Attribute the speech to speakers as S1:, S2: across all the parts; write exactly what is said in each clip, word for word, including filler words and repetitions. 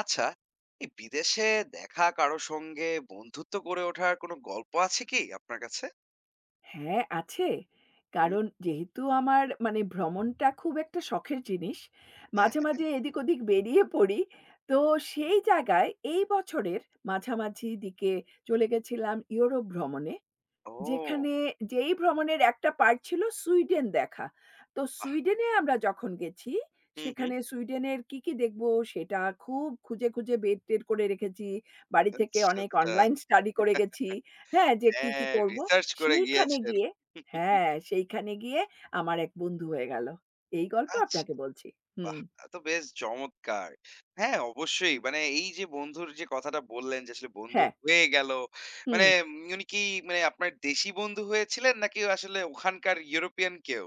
S1: আচ্ছা এই বিদেশে দেখা কারো সঙ্গে বন্ধুত্ব গড়ে ওঠার কোনো গল্প আছে কি আপনার কাছে?
S2: হ্যাঁ, আছে।
S1: হুম।
S2: কারণ যেহেতু আমার মানে ভ্রমণটা খুব একটা শখের জিনিস।
S1: হ্যাঁ,
S2: মাঝে,
S1: হ্যাঁ।
S2: মাঝে এদিক-ওদিক বেরিয়ে পড়ি। তো সেই জায়গায় এই বছরের মাঝামাঝি দিকে চলে গেছিলাম ইউরোপ ভ্রমণে।
S1: ও
S2: যেখানে যেই ভ্রমণের একটা পার্ট ছিল সুইডেন দেখা। তো
S1: বাহ!
S2: সুইডেনে আমরা যখন গেছি,
S1: হুম, হুম।
S2: সেখানে সুইডেনের কি, কি দেখব সেটা খুব খুঁজে, খুঁজে বের টের করে রেখেছি। বাড়ি থেকে
S1: আচ্ছা,
S2: অনেক
S1: আচ্ছা।
S2: অনলাইন স্টাডি করে গেছি। হ্যাঁ, যে কি, কি
S1: হ্যাঁ,
S2: করব।
S1: রিসার্চ করে
S2: সেইখানে
S1: গিয়েছেন।
S2: গিয়ে হ্যাঁ, সেইখানে গিয়ে আমার এক বন্ধু হয়ে গেল। এই গল্প
S1: আচ্ছা,
S2: আপনাকে বলছি। হুম,
S1: বাহ! তা তো বেশ চমৎকার। হ্যাঁ, অবশ্যই। মানে এই যে বন্ধুর যে কথাটা বললেন যে আসলে বন্ধু
S2: হ্যাঁ,
S1: হয়ে গেল। মানে
S2: হুম।
S1: উনি কি মানে আপনার দেশি বন্ধু হয়েছিলেন নাকি আসলে ওখানকার ইউরোপিয়ান কেউ?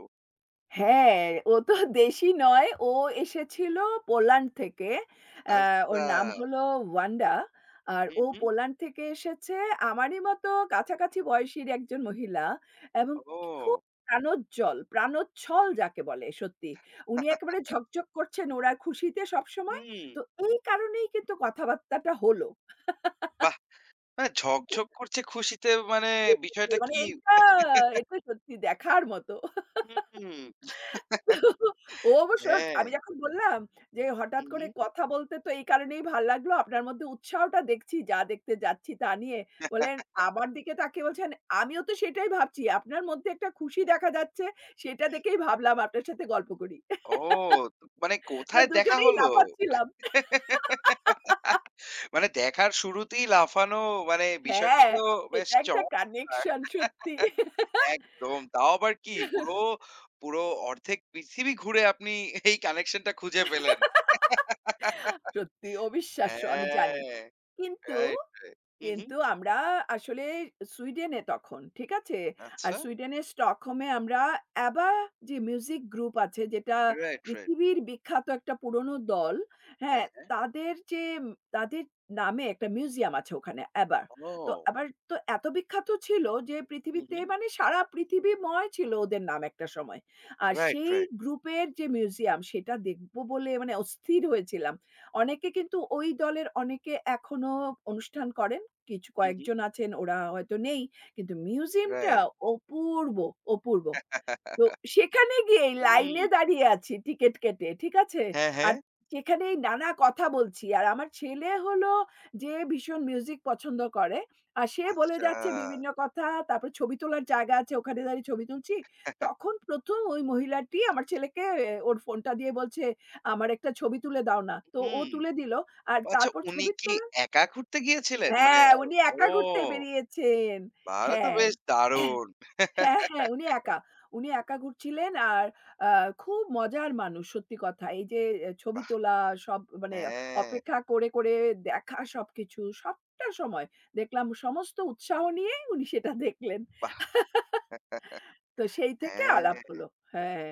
S2: হ্যাঁ, ও তো দেশী নয়। ও এসেছিল পোল্যান্ড থেকে। আ ওর
S1: আচ্ছা।
S2: নাম হলো ওয়ান্ডা। আর
S1: হুম,
S2: ও
S1: হুম।
S2: পোল্যান্ড থেকে এসেছে আমারই মতো কাছাকাছি বয়সীর একজন মহিলা এবং খুব
S1: ও!
S2: প্রাণোজ্জ্বল, প্রাণোচ্ছল যাকে বলে সত্যি। উনি একেবারে ঝকঝক করছেন ওরা খুশিতে সবসময়।
S1: হুম।
S2: তো এই কারণেই কিন্তু কথাবার্তাটা হলো।
S1: বাহ! মানে ঝকঝক করছে খুশিতে মানে বিষয়টা
S2: মানে
S1: কি?
S2: এটা, এটা সত্যি দেখার মতো।
S1: হুম।
S2: ও অবশ্য
S1: হ্যাঁ।
S2: আমি যখন বললাম যে,
S1: হু,
S2: "হঠাৎ
S1: হু।
S2: করে কথা বলতে তো এই কারণেই ভাল লাগলো। আপনার মধ্যে উৎসাহটা দেখছি যা দেখতে যাচ্ছি তা নিয়ে।" বললেন, আমার দিকে তাকিয়ে বলছেন, "আমিও তো সেটাই ভাবছি। আপনার মধ্যে একটা খুশি দেখা যাচ্ছে। সেটা দেখেই ভাবলাম আপনার সাথে গল্প করি।"
S1: ও! তো মানে
S2: তো
S1: কোথায় দেখা
S2: দুজনেই
S1: হলো?
S2: লাফাচ্ছিলাম।
S1: মানে দেখার শুরুতেই লাফানো মানে বিষয়টা
S2: হ্যাঁ,
S1: তো বেশ
S2: এটা একটা
S1: চমৎকার।
S2: কানেকশন সত্যি।
S1: একদম। তাও আবার কি পুরো, পুরো অর্ধেক পৃথিবী ঘুরে আপনি এই কানেকশনটা খুঁজে পেলেন।
S2: সত্যি অবিশ্বাস্য আমি জানি।
S1: হ্যাঁ,
S2: কিন্তু
S1: রাইট, রাইট। হু, হু।
S2: কিন্তু আমরা আসলে সুইডেনে তখন, ঠিক আছে? আর
S1: আচ্ছা।
S2: সুইডেনের স্টকহোমে আমরা ABBA যে মিউজিক গ্রুপ আছে যেটা
S1: রাইট, রাইট।
S2: পৃথিবীর বিখ্যাত একটা পুরনো দল,
S1: হ্যাঁ,
S2: হ্যাঁ?
S1: হ্যাঁ।
S2: তাদের যে উম, তাদের নামে একটা মিউজিয়াম আছে ওখানে ABBA র। তো
S1: ও!
S2: আবার তো এত বিখ্যাত ছিল যে
S1: হু,
S2: পৃথিবীতে
S1: হু।
S2: মানে সারা পৃথিবীময় ছিল ওদের নাম একটা সময়। আর
S1: রাইট,
S2: সেই
S1: রাইট,
S2: গ্রুপের যে মিউজিয়াম সেটা দেখব বলে মানে অস্থির হয়েছিলাম। অনেকে কিন্তু ওই দলের অনেকে এখনো অনুষ্ঠান করে। কিছু
S1: হু, হু।
S2: কয়েকজন আছেন ওরা হয়তো নেই। কিন্তু মিউজিয়ামটা
S1: রাইট।
S2: অপূর্ব, অপূর্ব। তো সেখানে গিয়েই
S1: হুম।
S2: লাইনে দাঁড়িয়ে আছি টিকেট কেটে, ঠিক আছে?
S1: হ্যাঁ, হ্যাঁ।
S2: আর সেখানেই নানা কথা বলছি। আর আমার ছেলে হলো যে ভীষণ মিউজিক পছন্দ করে। আর সে বলে
S1: আচ্ছা।
S2: যাচ্ছে বিভিন্ন কথা। তারপর ছবি তোলার জায়গা আছে, ওখানে দাঁড়িয়ে ছবি তুলছি। তখন ১ম ওই মহিলাটি আমার ছেলেকে এ ওর ফোনটা দিয়ে বলছে, "আমার একটা ছবি তুলে দাও না।" তো ও
S1: হুম।
S2: তুলে দিল। আর
S1: আচ্ছা
S2: তারপর
S1: উনি
S2: ছবি
S1: কি
S2: তোলার
S1: একা ঘুরতে গিয়েছিলেন? মানে
S2: হ্যাঁ,
S1: আ
S2: উনি একা ঘুরতে
S1: ও!
S2: বেরিয়েছেন।
S1: তাহলে তো
S2: হ্যাঁ।
S1: বেশ দারুণ।
S2: হ্যাঁ, হ্যাঁ, উনি একা। উনি একা ঘুরছিলেন আর আ খুব মজার মানুষ সত্যি কথা। এই যে এ ছবি
S1: বাহ!
S2: তোলা সব মানে
S1: হ্যাঁ,
S2: অপেক্ষা করে, করে দেখা সবকিছু সবটা সময় দেখলাম সমস্ত উৎসাহ নিয়ে উনি সেটা দেখলেন।
S1: বাহ!
S2: তো সেই থেকে আলাপ
S1: হ্যাঁ,
S2: হলো। হ্যাঁ,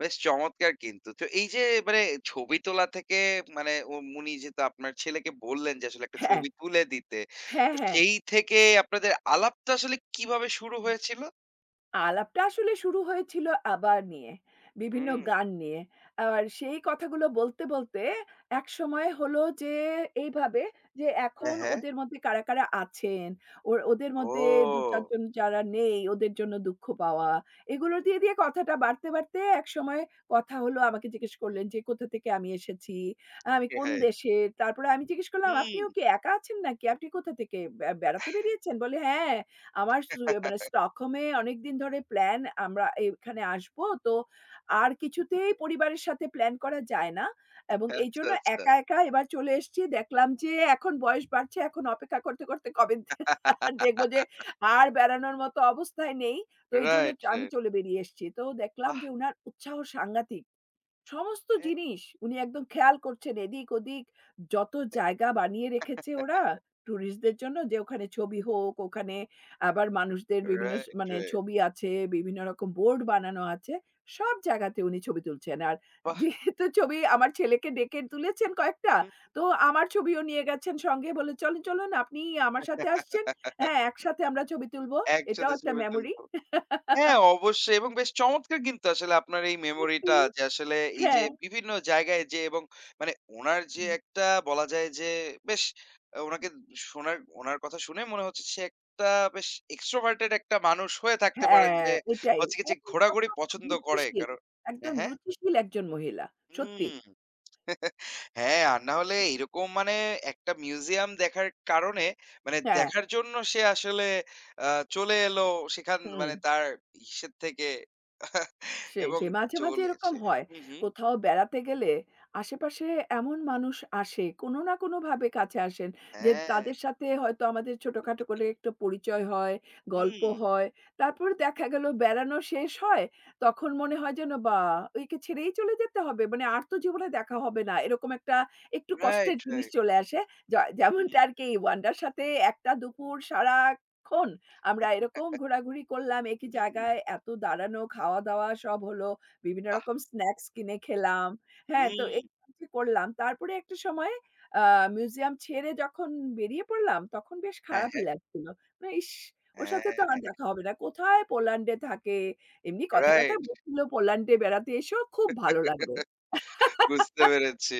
S1: বেশ চমৎকার কিন্তু। তো এই যে মানে ছবি তোলা থেকে মানে উ উনি যেহেতু আপনার ছেলেকে বললেন যে আসলে একটা
S2: হ্যাঁ,
S1: ছবি তুলে দিতে।
S2: হ্যাঁ,
S1: তো
S2: হ্যাঁ।
S1: সেই থেকে আপনাদের আলাপটা আসলে কিভাবে শুরু হয়েছিল?
S2: আলাপটা আসলে শুরু হয়েছিল আবার নিয়ে। বিভিন্ন
S1: হুম।
S2: গান নিয়ে। আর সেই কথাগুলো বলতে, বলতে একসময় হলো যে এইভাবে যে
S1: হ্যাঁ,
S2: এখন
S1: হ্যাঁ।
S2: ওদের মধ্যে কারা, কারা আছেন, ওর ওদের মধ্যে দুই চার
S1: ও!
S2: জন যারা নেই ওদের জন্য দুঃখ পাওয়া। এগুলো দিয়ে, দিয়ে কথাটা বাড়তে, বাড়তে একসময় কথা হলো আমাকে জিজ্ঞেস করলেন যে, "কোথা থেকে আমি এসেছি? আমি কোন দেশের?" তারপরে আমি জিজ্ঞেস করলাম,
S1: হুম।
S2: "আপনিও কি একা আছেন নাকি? আপনি কোথা থেকে বে বেড়াতে বেরিয়েছেন?" বলে, "হ্যাঁ।" আমার সু মানে স্টকহোমে অনেকদিন ধরে প্ল্যান আমরা এখানে আসবো। তো আর কিছুতেই পরিবারের সাথে প্ল্যান করা যায় না। এবং
S1: আচ্ছা,
S2: এইজন্য
S1: আচ্ছা।
S2: একা, একা এবার চলে এসেছি। দেখলাম যে এখন বয়স বাড়ছে। এখন অপেক্ষা করতে, করতে কবে দেখব যে আর বেড়ানোর মতো অবস্থায় নেই। তো এইজন্য
S1: রাইট,
S2: আমি
S1: রাইট।
S2: চলে বেরিয়ে এসেছি। তো দেখলাম
S1: বাহ!
S2: যে উনার উৎসাহ সাংঘাতিক। সমস্ত
S1: হ্যাঁ।
S2: জিনিস উনি একদম খেয়াল করছেন এদিক-ওদিক যত জায়গা বানিয়ে রেখেছে ওরা টুরিস্টদের জন্য যে ওখানে ছবি হোক, ওখানে আবার মানুষদের বিভিন্ন স
S1: রাইট,
S2: মানে
S1: রাইট।
S2: ছবি আছে, বিভিন্ন রকম বোর্ড বানানো আছে। সব জায়গাতে উনি ছবি তুলছেন। আর
S1: বাহ!
S2: যেহেতু ছবি আমার ছেলেকে ডেকে তুলেছেন কয়েকটা,
S1: হুম।
S2: তো আমার ছবিও নিয়ে গেছেন সঙ্গে বলে, "চলেন, চলুন আপনি আমার সাথে আসছেন। হ্যাঁ, একসাথে আমরা ছবি তুলবো।" এটাও
S1: একসাথে
S2: একটা
S1: ছবি
S2: মেমোরি।
S1: তুলব। হ্যাঁ, অবশ্যই এবং বেশ চমৎকার কিন্তু আসলে আপনার এই
S2: সত্যি।
S1: মেমোরিটা যে আসলে এই
S2: হ্যাঁ।
S1: যে বিভিন্ন জায়গায় যেয়ে এবং মানে উনার যে একটা বলা যায় যে বেশ আ উনাকে শোনার উনার কথা শুনে মনে হচ্ছে সে একটা বেশ extroverted একটা মানুষ হয়ে থাকতে পারেন
S2: হ্যাঁ,
S1: যে
S2: এটাই।
S1: হচ্ছে গিয়ে যে
S2: একদম
S1: ঘোরাঘুরি
S2: অত্যন্ত
S1: পছন্দ করে
S2: রুচিশীল।
S1: কারণ হ্যাঁ,
S2: একদম
S1: হ্যাঁ?
S2: রুচিশীল একজন মহিলা। সত্যি।
S1: হুম। হ্যাঁ, আর না হলে এরকম মানে একটা মিউজিয়াম দেখার কারণে মানে
S2: হ্যাঁ,
S1: দেখার জন্য সে আসলে আ চলে এলো সেখান
S2: হুম।
S1: মানে তার ইসের থেকে
S2: সেই,
S1: এবং
S2: সেই। মাঝে, মাঝে
S1: চলে
S2: এরকম
S1: এসে
S2: হয়।
S1: হুম, হুম।
S2: কোথাও বেড়াতে গেলে আশেপাশে এমন মানুষ আসে, কোনো না কোনোভাবে কাছে আসেন যে
S1: হ্যাঁ।
S2: তাদের সাথে হয়তো আমাদের ছোটখাটো করে একটু পরিচয় হয়, গল্প
S1: হুম।
S2: হয়। তারপর দেখা গেল বেড়ানো শেষ হয়, তখন মনে হয় যেন বাহ! একে ছেড়েই চলে যেতে হবে। মানে আর তো জীবনে দেখা হবে না। এরকম একটা একটু কষ্টের
S1: রাইট,
S2: জিনিস
S1: রাইট।
S2: চলে আসে। য
S1: হুম,
S2: যেমনটা আরকি ওয়ান্ডার সাথে একটা দুপুর সারাক্ষণ আমরা এরকম ঘোরাঘুরি করলাম, একই
S1: হুম।
S2: জায়গায় এত দাঁড়ানো, খাওয়া-দাওয়া সব হলো। বিভিন্ন
S1: বাহ!
S2: রকম স্ন্যাকস কিনে খেলাম। হ্যাঁ, তো এই
S1: হুম।
S2: যে করলাম। তারপরে একটা সময়ে আ মিউজিয়াম ছেড়ে যখন বেরিয়ে পড়লাম, তখন বেশ
S1: হ্যাঁ,
S2: খারাপই
S1: হ্যাঁ।
S2: লাগছিল। মানে ইস! ওর সাথে তো আর
S1: হ্যাঁ,
S2: দেখা হবে না। কোথায় পোল্যান্ডে থাকে? এমনি কথায়, কথায়
S1: রাইট।
S2: বলছিল, "পোল্যান্ডে বেড়াতে এসো, খুব ভালো লাগবে।"
S1: বুঝতে পেরেছি।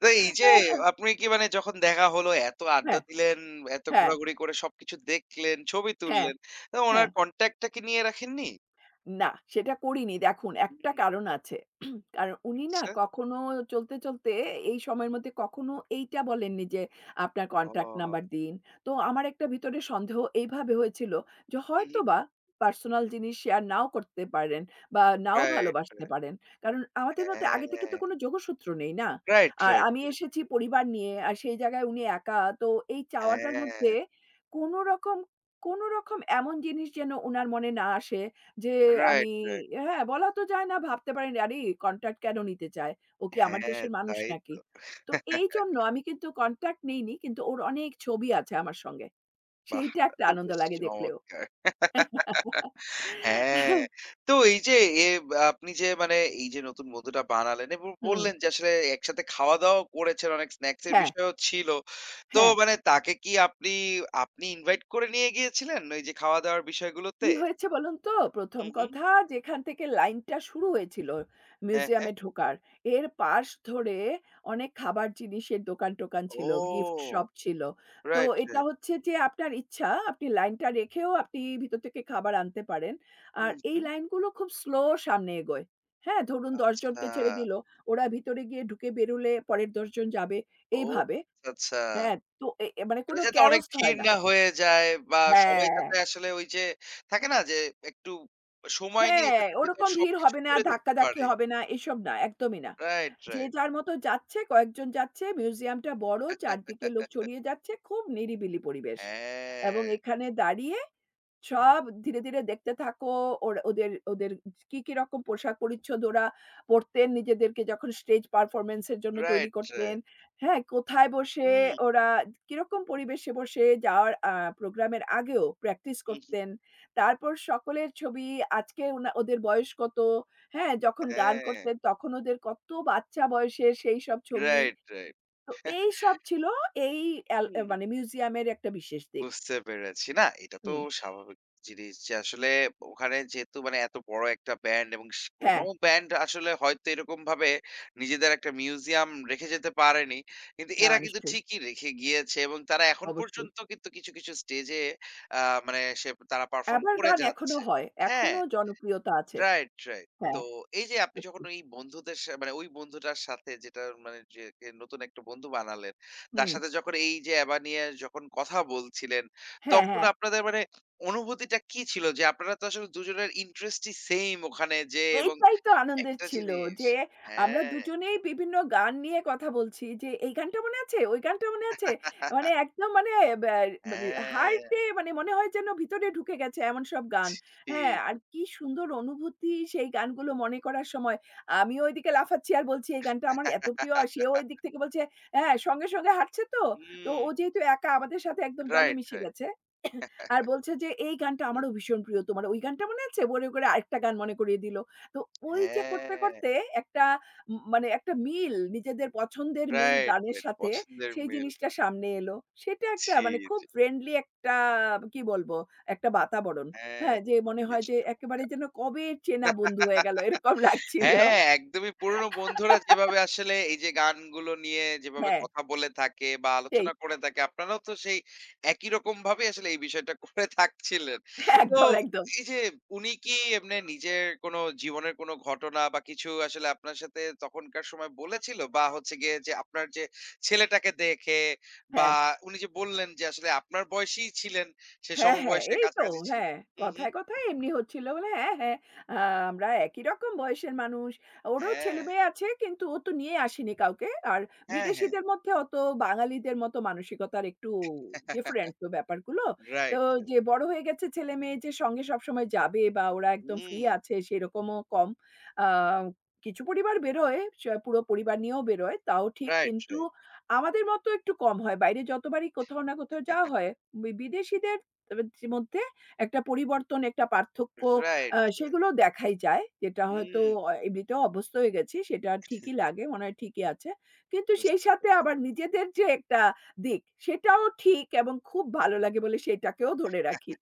S1: তো এই যে
S2: আহ!
S1: আপনি কি মানে যখন দেখা হলো এত আড্ডা
S2: হ্যাঁ,
S1: দিলেন, এত
S2: হ্যাঁ,
S1: ঘোরাঘুরি করে সবকিছু দেখলেন, ছবি
S2: হ্যাঁ,
S1: তুললেন। তো উনার
S2: হ্যাঁ।
S1: কনট্যাক্ট টা কি নিয়ে রাখেননি?
S2: না, সেটা করিনি। দেখুন একটা
S1: হুম,
S2: কারণ আছে। কারণ উনি না
S1: আচ্ছা।
S2: কখনো চলতে, চলতে এই সময়ের মধ্যে কখনো এইটা বলেননি যে, "আপনার কনট্যাক্ট
S1: ও
S2: নাম্বার দিন।" তো আমার একটা ভিতরে সন্দেহ এইভাবে হয়েছিল যে,
S1: হু, হু।
S2: হয়তোবা পার্সোনাল জিনিস শেয়ার নাও করতে পারেন বা নাও
S1: রাইট,
S2: ভালোবাসতে
S1: রাইট।
S2: পারেন। কারণ আমাদের মধ্যে আগে থেকে তো
S1: হ্যাঁ।
S2: কোনো যোগসূত্র নেই না?
S1: রাইট,
S2: আর
S1: রাইট,
S2: আমি
S1: রাইট।
S2: এসেছি পরিবার নিয়ে। আর সেই জায়গায় উনি একা। তো এই চাওয়াটার মধ্যে
S1: হ্যাঁ।
S2: কোন রকম কোন রকম এমন জিনিস যেন উনার মনে না আসে যে আমি
S1: রাইট, রাইট।
S2: হ্যাঁ, বলা তো যায় না ভাবতে পারি না, "আরে কনট্যাক্ট কেন নিতে চায়? ও কি আমার
S1: হ্যাঁ,
S2: দেশের মানুষ
S1: তাই তো।
S2: নাকি?" তো এইজন্য আমি কিন্তু কনট্যাক্ট নেইনি কিন্তু ওর অনেক ছবি আছে আমার সঙ্গে।
S1: বাহ!
S2: সেইটা
S1: তা
S2: একটা
S1: তো
S2: আনন্দ
S1: বেশ
S2: লাগে দেখলেও।
S1: চমৎকার। হ্যাঁ, তো এই যে এ আপনি যে মানে এই যে নতুন বন্ধুটা বানালেন এবং
S2: হুম,
S1: বললেন যে আসলে একসাথে খাওয়া-দাওয়াও করেছেন, অনেক স্ন্যাকস এর
S2: হ্যাঁ,
S1: বিষয়ও ছিল। তো
S2: হ্যাঁ।
S1: মানে তাকে কি আপনি, আপনি ইনভাইট করে নিয়ে গিয়েছিলেন ওই যে খাওয়া-দাওয়ার বিষয়গুলোতে?
S2: কি হয়েছে বলুন তো?
S1: হু,
S2: ১ম
S1: হুম।
S2: কথা যেখান থেকে লাইনটা শুরু হয়েছিল
S1: হ্যাঁ, হ্যাঁ।
S2: মিউজিয়ামে ঢোকার, এর পাশ ধরে অনেক খাবার জিনিসের দোকান-টোকান ছিল, গিফট
S1: ও!
S2: শপ ছিল। তো
S1: রাইট,
S2: এটা
S1: রাইট।
S2: হচ্ছে যে আপনার ইচ্ছা, আপনি লাইনটা রেখেও আপনি ভিতর থেকে খাবার আনতে পারেন। আর
S1: হুম,
S2: এই
S1: হুম।
S2: লাইনগুলো খুব স্লো সামনে এগোয়। হ্যাঁ? ধরুন দশ
S1: আচ্ছা।
S2: জনকে ছেড়ে দিল, ওরা ভিতরে গিয়ে ঢুকে বেরুলে পরের দশ জন যাবে,
S1: ও
S2: এইভাবে।
S1: আচ্ছা, আচ্ছা।
S2: হ্যাঁ? তো এ এ মানে
S1: মানে
S2: কোনো
S1: যাতে অনেক
S2: chaos হয়
S1: ভিড়
S2: না।
S1: না হয়ে যায় বা সবাই
S2: হ্যাঁ।
S1: যাতে আসলে ওই যে থাকে না যে একটু সময় নিয়ে
S2: হ্যাঁ,
S1: যাতে ভেতর
S2: ওরকম ভিড়
S1: সবকিছু
S2: হবে না,
S1: ঘুরে দেখতে
S2: ধাক্কাধাক্কি
S1: পারে।
S2: হবে না, এসব না, একদমই না।
S1: রাইট,
S2: যে
S1: রাইট।
S2: যার মতো যাচ্ছে, কয়েকজন যাচ্ছে, মিউজিয়ামটা বড়, চারদিকে লোক ছড়িয়ে যাচ্ছে, খুব নিরিবিলি পরিবেশ এবং
S1: হ্যাঁ,
S2: এখানে দাঁড়িয়ে সব ধীরে, ধীরে দেখতে থাকো ওর ওদের ওদের কি, কি রকম পোশাক-পরিচ্ছদ ওরা পরতেন নিজেদেরকে যখন স্টেজ পারফরম্যান্স এর জন্য তৈরি
S1: রাইট,
S2: করতেন।
S1: রাইট।
S2: হ্যাঁ? কোথায় বসে
S1: হুম,
S2: ওরা কিরকম পরিবেশে বসে যাওয়ার আ প্রোগ্রামের আগেও প্র্যাকটিস
S1: হুম, হুম।
S2: করতেন। তারপর সকলের ছবি, আজকে ওনা ওদের বয়স কত, হ্যাঁ? যখন গান
S1: হ্যাঁ,
S2: করতেন তখন ওদের কত বাচ্চা বয়সের সেইসব ছবি।
S1: Right, right.
S2: তো
S1: হুম,
S2: এইসব ছিল এই অ্যাল মানে মিউজিয়ামের একটা বিশেষ দিক।
S1: বুঝতে পেরেছি। না, এটা তো
S2: হুম।
S1: স্বাভাবিক জিনিস যে আসলে ওখানে যেহেতু মানে এত বড় একটা ব্যান্ড এবং স কোনো
S2: হ্যাঁ,
S1: ব্যান্ড আসলে হয়তো এরকমভাবে নিজেদের একটা মিউজিয়াম রেখে যেতে পারেনি। কিন্তু
S2: না
S1: এরা কিন্তু
S2: নিশ্চয়ই।
S1: ঠিকই রেখে গিয়েছে এবং তারা এখন
S2: অবশ্যই।
S1: পর্যন্ত কিন্তু কিছু, কিছু স্টেজে আ মানে সে তারা পারফর্ম
S2: ABBA র
S1: করে
S2: গান এখনো
S1: যাচ্ছে।
S2: হয়।
S1: হ্যাঁ।
S2: এখনো জনপ্রিয়তা আছে।
S1: Right, right. তো
S2: হ্যাঁ,
S1: এই যে আপনি যখন
S2: সত্যি।
S1: ওই বন্ধুদের সা মানে ওই বন্ধুটার সাথে যেটা মানে যে কে নতুন একটা বন্ধু বানালেন, তার
S2: হুম।
S1: সাথে যখন এই যে অ্যাবা নিয়ে যখন কথা বলছিলেন,
S2: হ্যাঁ,
S1: তখন
S2: হ্যাঁ।
S1: আপনাদের মানে অনুভূতিটা কি ছিল? যে আপনারা তো আসলে দুজনের ইন্টারেস্টই সেইম ওখানে যেয়ে এবং
S2: এইটাই তো আনন্দের
S1: একটা
S2: ছিল
S1: জিনিস
S2: যে আমরা
S1: হ্যাঁ,
S2: দুজনেই বিভিন্ন গান নিয়ে কথা বলছি যে এই গানটা মনে আছে? ওই গানটা মনে আছে? মানে একদম মানে ব্যা মানে
S1: হ্যাঁ,
S2: হার্টে মানে মনে হয় যেন ভিতরে ঢুকে গেছে এমন সব গান।
S1: জি,
S2: হ্যাঁ,
S1: জি।
S2: আর কি সুন্দর অনুভূতি সেই গানগুলো মনে করার সময়। আমিও ওইদিকে লাফাচ্ছি আর বলছি এই গানটা আমার এত প্রিয়। আর সেও ওই দিক থেকে বলছে হ্যাঁ, সঙ্গে, সঙ্গে হাঁটছে তো। তো
S1: হুম,
S2: ও যেহেতু একা আমাদের সাথে একদম দলে
S1: রাইট,
S2: মিশে
S1: রাইট।
S2: গেছে। আর বলছে যে এই গানটা
S1: হুম,
S2: আমারও
S1: হুম।
S2: ভীষণ প্রিয় তোমার। ওই গানটা মনে আছে? করে, করে আরেকটা গান মনে করিয়ে দিল। তো ওই যে করতে,
S1: হ্যাঁ,
S2: করতে একটা ম মানে একটা মিল নিজেদের পছন্দের মিল
S1: রাইট,
S2: গানের
S1: রাইট।
S2: সাথে
S1: পছন্দের
S2: সেই
S1: মিল।
S2: জিনিসটা সামনে এলো। সেটা একটা
S1: জি,
S2: মানে খুব
S1: জি।
S2: ফ্রেন্ডলি একটা কি বলবো? একটা বাতাবরণ।
S1: হ্যাঁ,
S2: হ্যাঁ, যে
S1: তো
S2: মনে হয়
S1: বেশ
S2: যে একেবারে
S1: চমৎকার।
S2: যেন কবে চেনা বন্ধু হয়ে গেল এরকম লাগছিল।
S1: হ্যাঁ, একদমই পুরনো বন্ধুরা যেভাবে আসলে এই যে গানগুলো নিয়ে যেভাবে
S2: হ্যাঁ,
S1: কথা বলে থাকে বা
S2: সেই
S1: আলোচনা করে থাকে, আপনারাও তো সেই একই রকম ভাবে আসলে এই বিষয়টা করে থাকছিলেন। তো
S2: একদম, একদম।
S1: এই যে উনি কি এমনি নিজের কোনো জীবনের কোনো ঘটনা বা কিছু আসলে আপনার সাথে তখনকার সময় বলেছিল? বা হচ্ছে গিয়ে যে আপনার যে ছেলেটাকে দেখে বা
S2: হ্যাঁ।
S1: উনি যে বললেন যে আসলে আপনার বয়সীই ছিলেন, সে
S2: হ্যাঁ, হ্যাঁ,
S1: সমবয়সের
S2: এই তো
S1: কাছাকাছি ছিলেন।
S2: হ্যাঁ,
S1: হু, হু।
S2: কথায়, কথায় এমনি হচ্ছিল বলে হ্যাঁ, হ্যাঁ, আ আমরা একই রকম বয়সের মানুষ। ওরও
S1: হ্যাঁ,
S2: ছেলেমেয়ে আছে কিন্তু ও তো নিয়ে আসেনি কাউকে। আর
S1: হ্যাঁ, হ্যাঁ।
S2: বিদেশীদের মধ্যে অত বাঙালিদের মতো মানসিকতার একটু ডিফারেন্ট তো ব্যাপারগুলো। তো
S1: রাইট, রাইট।
S2: যে বড় হয়ে গেছে ছেলেমেয়ে যে সঙ্গে সবসময় যাবে বা ওরা একদম ফ্রি
S1: হুম,
S2: আছে সেরকমও কম। আ কিছু পরিবার বেরোয়, স পুরো পরিবার নিয়েও বেরোয় তাও ঠিক।
S1: রাইট,
S2: কিন্তু
S1: রাইট,
S2: আমাদের মতো একটু কম হয়। বাইরে যতবারই কোথাও না কোথাও যাওয়া হয় বি বিদেশীদের এর মধ্যে একটা পরিবর্তন, একটা পার্থক্য
S1: রাইট,
S2: আ
S1: রাইট।
S2: সেগুলো দেখাই যায়। যেটা হয়তো
S1: হুম,
S2: অ এমনিতেও অভ্যস্ত হয়ে গেছি। সেটা ঠিকই লাগে। মনে হয় ঠিকই আছে। কিন্তু সেই
S1: বুঝতে
S2: সাথে
S1: পেরেছি।
S2: আবার নিজেদের যে একটা দিক, সেটাও ঠিক এবং খুব ভালো লাগে বলে সেটাকেও ধরে রাখি।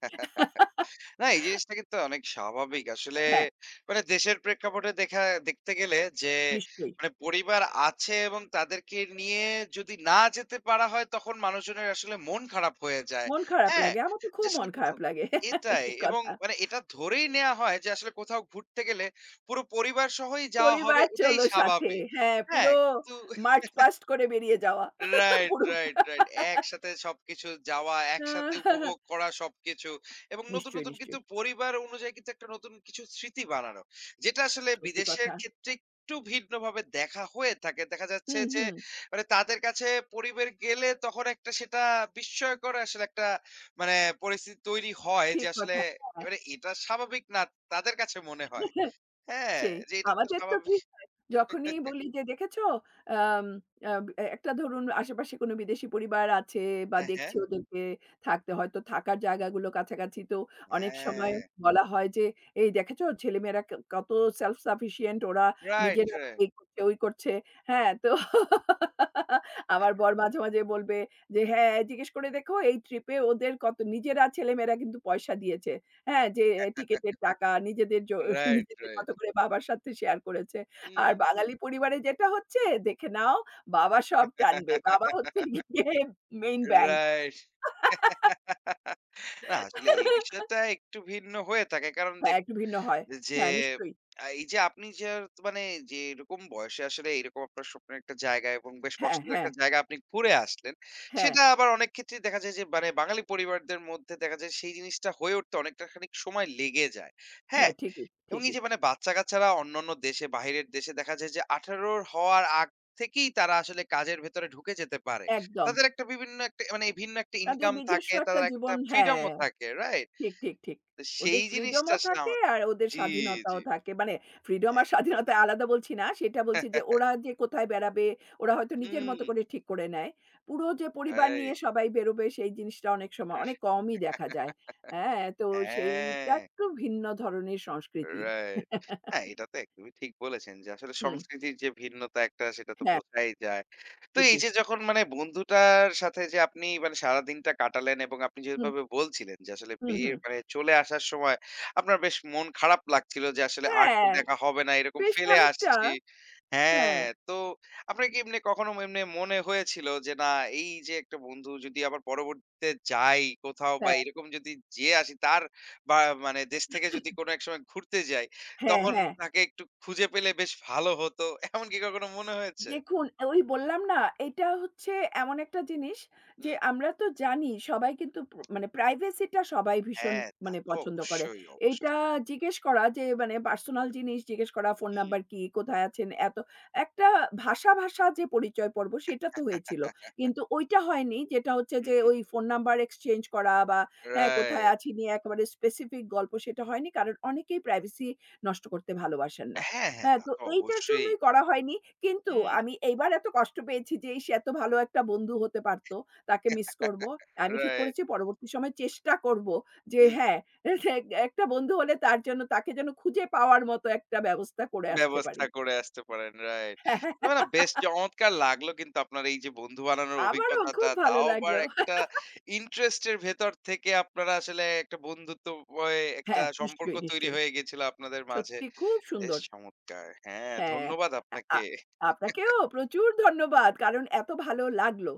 S1: না, এই জিনিসটা কিন্তু অনেক স্বাভাবিক। আসলে
S2: হ্যাঁ,
S1: মানে দেশের প্রেক্ষাপটে দেখা দেখতে গেলে যে
S2: নিশ্চয়ই।
S1: মানে পরিবার আছে এবং তাদেরকে নিয়ে যদি না যেতে পারা হয় তখন মানুষজনের আসলে মন খারাপ হয়ে যায়।
S2: মন খারাপ
S1: হ্যাঁ?
S2: লাগে। আমার তো
S1: যে
S2: খুব
S1: আসলে
S2: মন
S1: কোথাও
S2: খারাপ লাগে।
S1: এটাই
S2: ঠিক
S1: এবং
S2: কথা।
S1: মানে এটা ধরেই নেয়া হয় যে আসলে কোথাও ঘুরতে গেলে পুরো পরিবার সহই যাওয়া হবে
S2: পরিবার
S1: এটাই
S2: চলো সাথে।
S1: স্বাভাবিক।
S2: হ্যাঁ,
S1: হ্যাঁ,
S2: পুরো
S1: কিন্তু
S2: মার্চ পাস্ট করে বেরিয়ে যাওয়া।
S1: রাইট,
S2: পুরো
S1: রাইট, রাইট। একসাথে সবকিছু যাওয়া, একসাথে
S2: আ
S1: উপভোগ করা সবকিছু এবং নতুন,
S2: নিশ্চয়ই,
S1: নতুন কিন্তু
S2: নিশ্চয়ই।
S1: পরিবার অনুযায়ী কিন্তু একটা নতুন কিছু স্মৃতি বানানো। যেটা আসলে
S2: সত্যি
S1: বিদেশের
S2: কথা।
S1: ক্ষেত্রে একটু ভিন্নভাবে দেখা হয়ে থাকে। দেখা যাচ্ছে
S2: হুম,
S1: যে
S2: হুম।
S1: মানে তাদের কাছে পরিবার গেলে তখন একটা সেটা বিস্ময়কর আসলে একটা মানে পরিস্থিতি তৈরি হয় যে
S2: ঠিক
S1: আসলে
S2: কথা। হ্যাঁ,
S1: এবারে এটা স্বাভাবিক না তাদের কাছে মনে হয়। হ্যাঁ,
S2: সেই।
S1: যে এটা তো
S2: আমাদের তো
S1: স্বাভাবিক
S2: কি হয়, যখনই বলি যে, "দেখেছো আম আব এ একটা ধরুন আশেপাশে কোনো বিদেশি পরিবার আছে বা
S1: হ্যাঁ, হ্যাঁ।
S2: দেখছি ওদেরকে থাকতে হয়তো থাকার জায়গাগুলো কাছাকাছি।" তো অনেক সময়
S1: হ্যাঁ,
S2: বলা হয় যে, "এই দেখেছো ছেলেমেয়েরা ক কত self sufficient ওরা
S1: রাইট,
S2: নিজেরা
S1: রাইট।
S2: এই করছে, ওই করছে।" হ্যাঁ, তো আমার বর মাঝে, মাঝে বলবে যে, "হ্যাঁ, জিজ্ঞেস করে দেখো এই ট্রিপে ওদের কত নিজেরা ছেলেমেয়েরা কিন্তু পয়সা দিয়েছে। হ্যাঁ, যে টিকেটের টাকা নিজেদের জো
S1: রাইট,
S2: নিজেদের
S1: রাইট।
S2: মত করে বাবার সাথে শেয়ার করেছে। আর
S1: হুম।
S2: বাঙালি পরিবারে যেটা হচ্ছে, দেখে নাও বাবা সব টানবে। বাবা হচ্ছে গিয়ে মেইন ব্যাংক।
S1: রাইট। না আসলে এই বিষয়টা একটু ভিন্ন হয়ে থাকে। কারণ
S2: হ্যাঁ,
S1: দেখুন
S2: একটু ভিন্ন হয়।
S1: যে
S2: হ্যাঁ, নিশ্চয়ই।
S1: আ এই যে আপনি যে আর মানে যেরকম বয়সে আসলে এইরকম আপনার স্বপ্নের একটা জায়গা এবং বেশ
S2: হ্যাঁ,
S1: পছন্দের
S2: হ্যাঁ,
S1: একটা জায়গা আপনি ঘুরে আসলেন।
S2: হ্যাঁ,
S1: সেটা আবার অনেক ক্ষেত্রেই দেখা যায় যে মানে বাঙালি পরিবারদের মধ্যে দেখা যায় সেই জিনিসটা হয়ে উঠতে অনেকটা খানিক সময় লেগে যায়। হ্যাঁ?
S2: হ্যাঁ, ঠিকই,
S1: এবং এই
S2: ঠিকই।
S1: যে মানে বাচ্চা-কাচ্চারা অন্যান্য দেশে বাহিরের দেশে দেখা যায় যে আঠারো হওয়ার আগ থেকেই তারা আসলে কাজের ভেতরে ঢুকে যেতে পারে।
S2: একদম।
S1: তাদের একটা বিভিন্ন একটা মানে ভিন্ন একটা
S2: তাদের
S1: ইনকাম
S2: নিজস্ব
S1: থাকে,
S2: একটা
S1: তাদের একটা
S2: জীবন
S1: ফ্রিডম
S2: হ্যাঁ।
S1: ও থাকে, রাইট?
S2: ঠিক, ঠিক, ঠিক।
S1: তো সেই
S2: ওদের ফ্রিডম
S1: জিনিসটা
S2: ও
S1: আসলে
S2: থাকে
S1: আমাদের
S2: আর ওদের
S1: জি,
S2: স্বাধীনতাও
S1: জি,
S2: থাকে। মানে ফ্রিডম আর
S1: একদমই।
S2: স্বাধীনতা আলাদা বলছি না। সেটা বলছি যে ওরা যে কোথায় বেড়াবে, ওরা হয়তো নিজের
S1: হুম,
S2: মতো করে ঠিক করে নেয়। পুরো যে পরিবার নিয়ে
S1: রাইট।
S2: সবাই বেরোবে সেই জিনিসটা অনেক সময় অনেক কমই দেখা যায়। হ্যাঁ, তো সেইটা
S1: হ্যাঁ।
S2: একটু ভিন্ন ধরনের সংস্কৃতি।
S1: রাইট। হ্যাঁ, এটা তো একদমই ঠিক বলেছেন যে আসলে
S2: হুম,
S1: সংস্কৃতির যে ভিন্নতা একটা সেটা তো
S2: হ্যাঁ,
S1: বোঝাই যায়। তো এই
S2: ঠিকই।
S1: যে যখন মানে বন্ধুটার সাথে যে আপনি মানে সারাদিনটা কাটালেন এবং আপনি
S2: হুম,
S1: যেভাবে বলছিলেন যে আসলে
S2: হুম,
S1: বের
S2: হুম।
S1: মানে চলে আসার সময় আপনার বেশ মন খারাপ লাগছিল যে আসলে আর তো
S2: হ্যাঁ,
S1: দেখা হবে না এরকম
S2: বেশ
S1: ফেলে
S2: খানিকটা।
S1: আসছি। হ্যাঁ,
S2: হ্যাঁ,
S1: তো আপনার কি এমনি কখনো এমনি মনে হয়েছিল যে না এই যে একটা বন্ধু যদি আবার পরবর্তীতে যাই কোথাও বা
S2: হ্যাঁ,
S1: এরকম যদি যেয়ে আসি তার বা মানে দেশ থেকে যদি কোনো এক সময় ঘুরতে যাই,
S2: হ্যাঁ,
S1: তখন
S2: হ্যাঁ।
S1: তাকে একটু খুঁজে পেলে বেশ ভালো হতো। এমন কি কখনো মনে হয়েছে?
S2: দেখুন, ওই বললাম না, এটা হচ্ছে এমন একটা জিনিস যে
S1: হুম, হুম।
S2: আমরা তো জানি সবাই কিন্তু প্র মানে privacy টা সবাই ভীষণ
S1: হ্যাঁ, তা
S2: মানে
S1: তো
S2: পছন্দ করে।
S1: অবশ্যই,
S2: এইটা
S1: অবশ্যই।
S2: জিজ্ঞেস করা যে মানে পার্সোনাল জিনিস জিজ্ঞেস করা, ফোন নাম্বার
S1: হুম।
S2: কি, কোথায় আছেন, এত একটা ভাষা, ভাষা যে পরিচয় পর্ব সেটা তো হয়েছিল। কিন্তু ওইটা হয়নি যেটা হচ্ছে
S1: হুম,
S2: যে
S1: হুম।
S2: ওই ফোন নাম্বার এক্সচেঞ্জ করা বা হ্যাঁ, কোথায়
S1: রাইট।
S2: আছি নিয়ে একেবারে স্পেসিফিক গল্প সেটা হয়নি। কারণ অনেকেই privacy নষ্ট করতে ভালোবাসেন না।
S1: হ্যাঁ, হ্যাঁ,
S2: হ্যাঁ,
S1: তা
S2: তো
S1: তো
S2: এইটার
S1: অবশ্যই।
S2: জন্যই করা হয়নি। কিন্তু
S1: হুম,
S2: আমি এইবার এত কষ্ট পেয়েছি যে সে এত ভালো একটা বন্ধু হতে পারত। তাকে মিস করব। আমি ঠিক
S1: রাইট।
S2: করেছি পরবর্তী সময়ে চেষ্টা করব যে
S1: হুম,
S2: হ্যাঁ, এক- একটা বন্ধু হলে তার জন্য তাকে যেন খুঁজে পাওয়ার মতো একটা ব্যবস্থা করে আসতে
S1: ব্যবস্থা
S2: পারি।
S1: করে আসতে পারেন। রাইট।
S2: হ্যাঁ,
S1: তবে না বেশ চমৎকার লাগলো কিন্তু আপনার এই যে বন্ধু বানানোর
S2: আমারও
S1: অভিজ্ঞতাটা,
S2: খুব ভালো
S1: তাও আবার
S2: লাগলো।
S1: একটা ইন্টারেস্টের ভেতর থেকে আপনারা আসলে একটা বন্ধুত্বময় একটা
S2: হ্যাঁ,
S1: সম্পর্ক
S2: নিশ্চয়ই,
S1: তৈরি
S2: নিশ্চয়ই।
S1: হয়ে গেছিল আপনাদের মাঝে।
S2: সত্যি খুব
S1: বেশ
S2: সুন্দর।
S1: চমৎকার! হ্যাঁ,
S2: হ্যাঁ,
S1: ধন্যবাদ
S2: আ
S1: আপনাকে।
S2: আ- আপনাকেও প্রচুর ধন্যবাদ। কারণ এত ভালো লাগলো।